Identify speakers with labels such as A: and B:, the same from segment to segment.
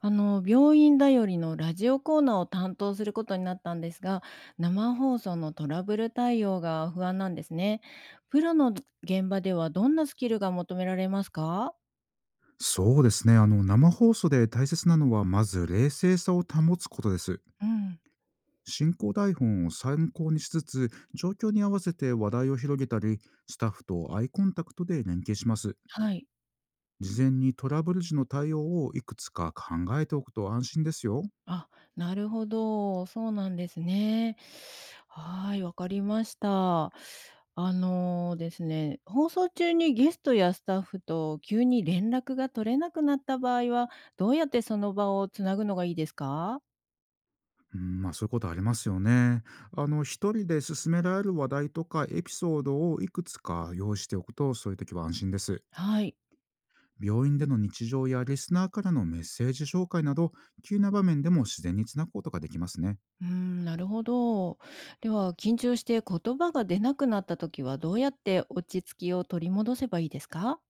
A: 病院だよりのラジオコーナーを担当することになったんですが、生放送のトラブル対応が不安なんですね。プロの現場ではどんなスキルが求められますか？
B: そうですね。生放送で大切なのは、まず冷静さを保つことです。
A: うん、
B: 進行台本を参考にしつつ、状況に合わせて話題を広げたり、スタッフとアイコンタクトで連携します。
A: はい。
B: 事前にトラブル時の対応をいくつか考えておくと安心ですよ。
A: あ、なるほど、そうなんですね。はい、わかりました。あのですね、放送中にゲストやスタッフと急に連絡が取れなくなった場合は、どうやってその場をつなぐのがいいですか？
B: うん、まあそういうことありますよね。一人で進められる話題とかエピソードをいくつか用意しておくと、そういう時は安心です。
A: はい。
B: 病院での日常やリスナーからのメッセージ紹介など、急な場面でも自然につなぐことができますね。
A: うーん、なるほど。では、緊張して言葉が出なくなった時は、どうやって落ち着きを取り戻せばいいですか？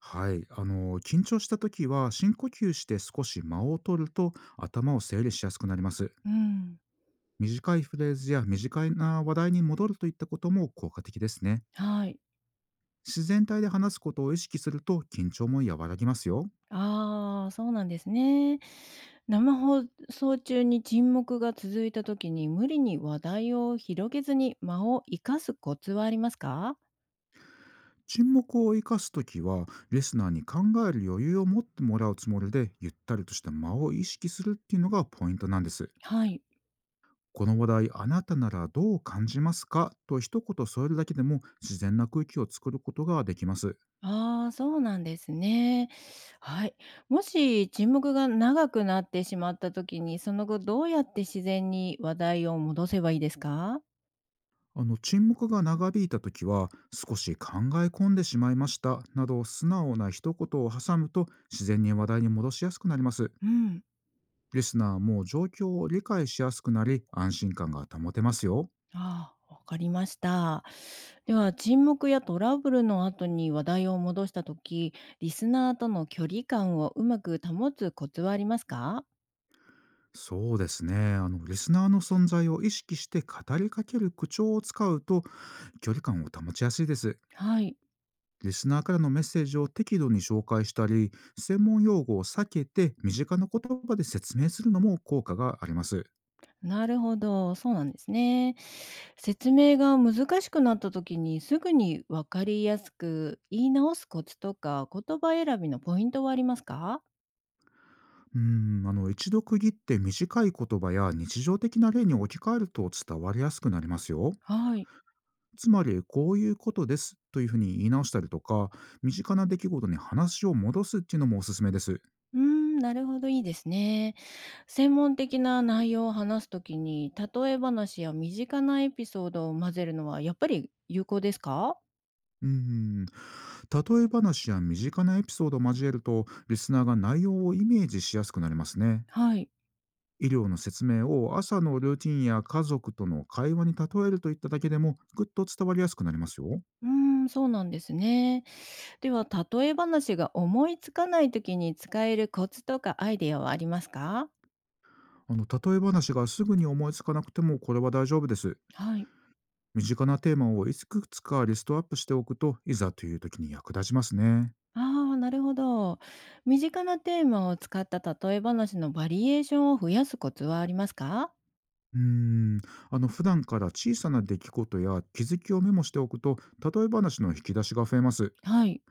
B: はい、緊張した時は深呼吸して少し間を取ると頭を整理しやすくなります。
A: うん。
B: 短いフレーズや短いな話題に戻るといったことも効果的ですね。
A: はい。
B: 自然体で話すことを意識すると緊張も和らぎますよ。
A: ああ、そうなんですね。生放送中に沈黙が続いた時に、無理に話題を広げずに間を生かすコツはありますか？
B: 沈黙を生かすときは、リスナーに考える余裕を持ってもらうつもりで、ゆったりとした間を意識するっていうのがポイントなんです。
A: はい。
B: この話題、あなたならどう感じますかと一言添えるだけでも自然な空気を作ることができます。
A: ああ、そうなんですね。はい。もし沈黙が長くなってしまった時に、その後どうやって自然に話題を戻せばいいですか？
B: 沈黙が長引いた時は、少し考え込んでしまいましたなど素直な一言を挟むと自然に話題に戻しやすくなります。
A: うん。
B: リスナーも状況を理解しやすくなり、安心感が保てますよ。
A: ああ、わかりました。では、沈黙やトラブルの後に話題を戻した時、リスナーとの距離感をうまく保つコツはありますか？
B: そうですね。リスナーの存在を意識して語りかける口調を使うと距離感を保ちやすいです。
A: はい。
B: リスナーからのメッセージを適度に紹介したり、専門用語を避けて身近な言葉で説明するのも効果があります。
A: なるほど、そうなんですね。説明が難しくなった時にすぐに分かりやすく言い直すコツとか言葉選びのポイントはありますか？
B: うーん、一度区切って短い言葉や日常的な例に置き換えると伝わりやすくなりますよ。
A: はい。
B: つまり、こういうことですというふうに言い直したりとか、身近な出来事に話を戻すっていうのもおすすめです。
A: うーん、なるほど、いいですね。専門的な内容を話す時に例え話や身近なエピソードを混ぜるのはやっぱり有効ですか？
B: うーん、例え話や身近なエピソードを交えると、リスナーが内容をイメージしやすくなりますね。
A: はい。
B: 医療の説明を朝のルーティンや家族との会話に例えるといっただけでもぐっと伝わりやすくなりますよ。
A: うーん、そうなんですね。では、例え話が思いつかない時に使えるコツとかアイデアはありますか？
B: 例え話がすぐに思いつかなくてもこれは大丈夫です。
A: はい。
B: 身近なテーマをいくつかリストアップしておくといざという時に役立ちますね。
A: ああ、なるほど。身近なテーマを使った例え話のバリエーションを増やすコツはありますか？
B: うーん、普段から小さな出来事や気づきをメモしておくと例え話の引き出しが増えます。
A: はい。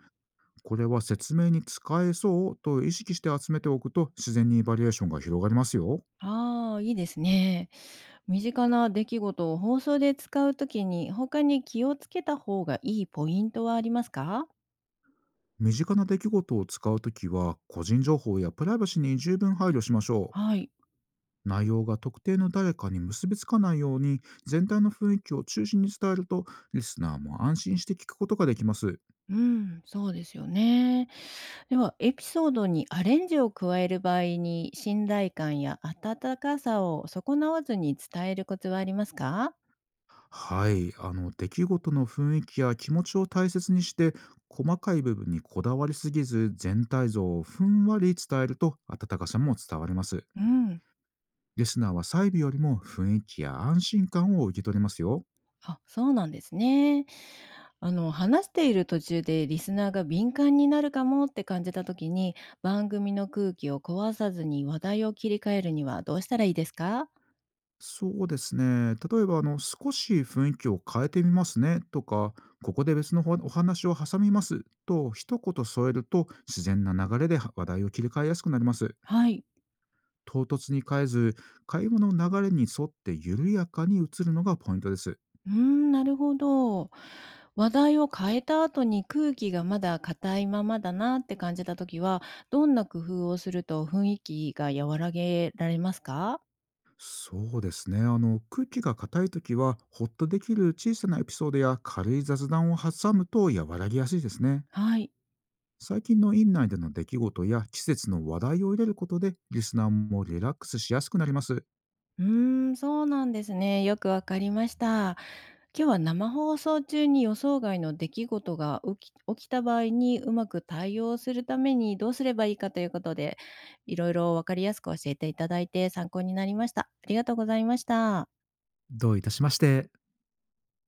B: これは説明に使えそうと意識して集めておくと自然にバリエーションが広がりますよ。
A: ああ、いいですね。身近な出来事を放送で使うときに、他に気をつけた方がいいポイントはありますか？
B: 身近な出来事を使うときは、個人情報やプライバシーに十分配慮しましょ
A: はい。
B: う。内容が特定の誰かに結びつかないように、全体の雰囲気を中心に伝えると、リスナーも安心して聞くことができます。
A: うん、そうですよね。では、エピソードにアレンジを加える場合に、信頼感や温かさを損なわずに伝えるコツはありますか？
B: はい、出来事の雰囲気や気持ちを大切にして、細かい部分にこだわりすぎず、全体像をふんわり伝えると、温かさも伝わります。
A: うん。
B: リスナーは細部よりも雰囲気や安心感を受け取りますよ。
A: あ、そうなんですね。あの、話している途中でリスナーが敏感になるかもって感じた時に、番組の空気を壊さずに話題を切り替えるにはどうしたらいいですか？
B: そうですね。例えば、少し雰囲気を変えてみますねとか、ここで別のお話を挟みますと、一言添えると、自然な流れで話題を切り替えやすくなります。
A: はい。
B: 唐突に変えず、会話の流れに沿って緩やかに移るのがポイントです。
A: うーん、なるほど。話題を変えた後に空気がまだ硬いままだなって感じた時は、どんな工夫をすると雰囲気が和らげられますか？
B: そうですね。空気が硬い時は、ほっとできる小さなエピソードや軽い雑談を挟むと和らぎやすいですね。
A: はい。
B: 最近の院内での出来事や季節の話題を入れることで、リスナーもリラックスしやすくなります。
A: うーん、そうなんですね。よくわかりました。今日は生放送中に予想外の出来事が起きた場合にうまく対応するためにどうすればいいかということで、いろいろ分かりやすく教えていただいて参考になりました。ありがとうございました。
B: どういたしまして。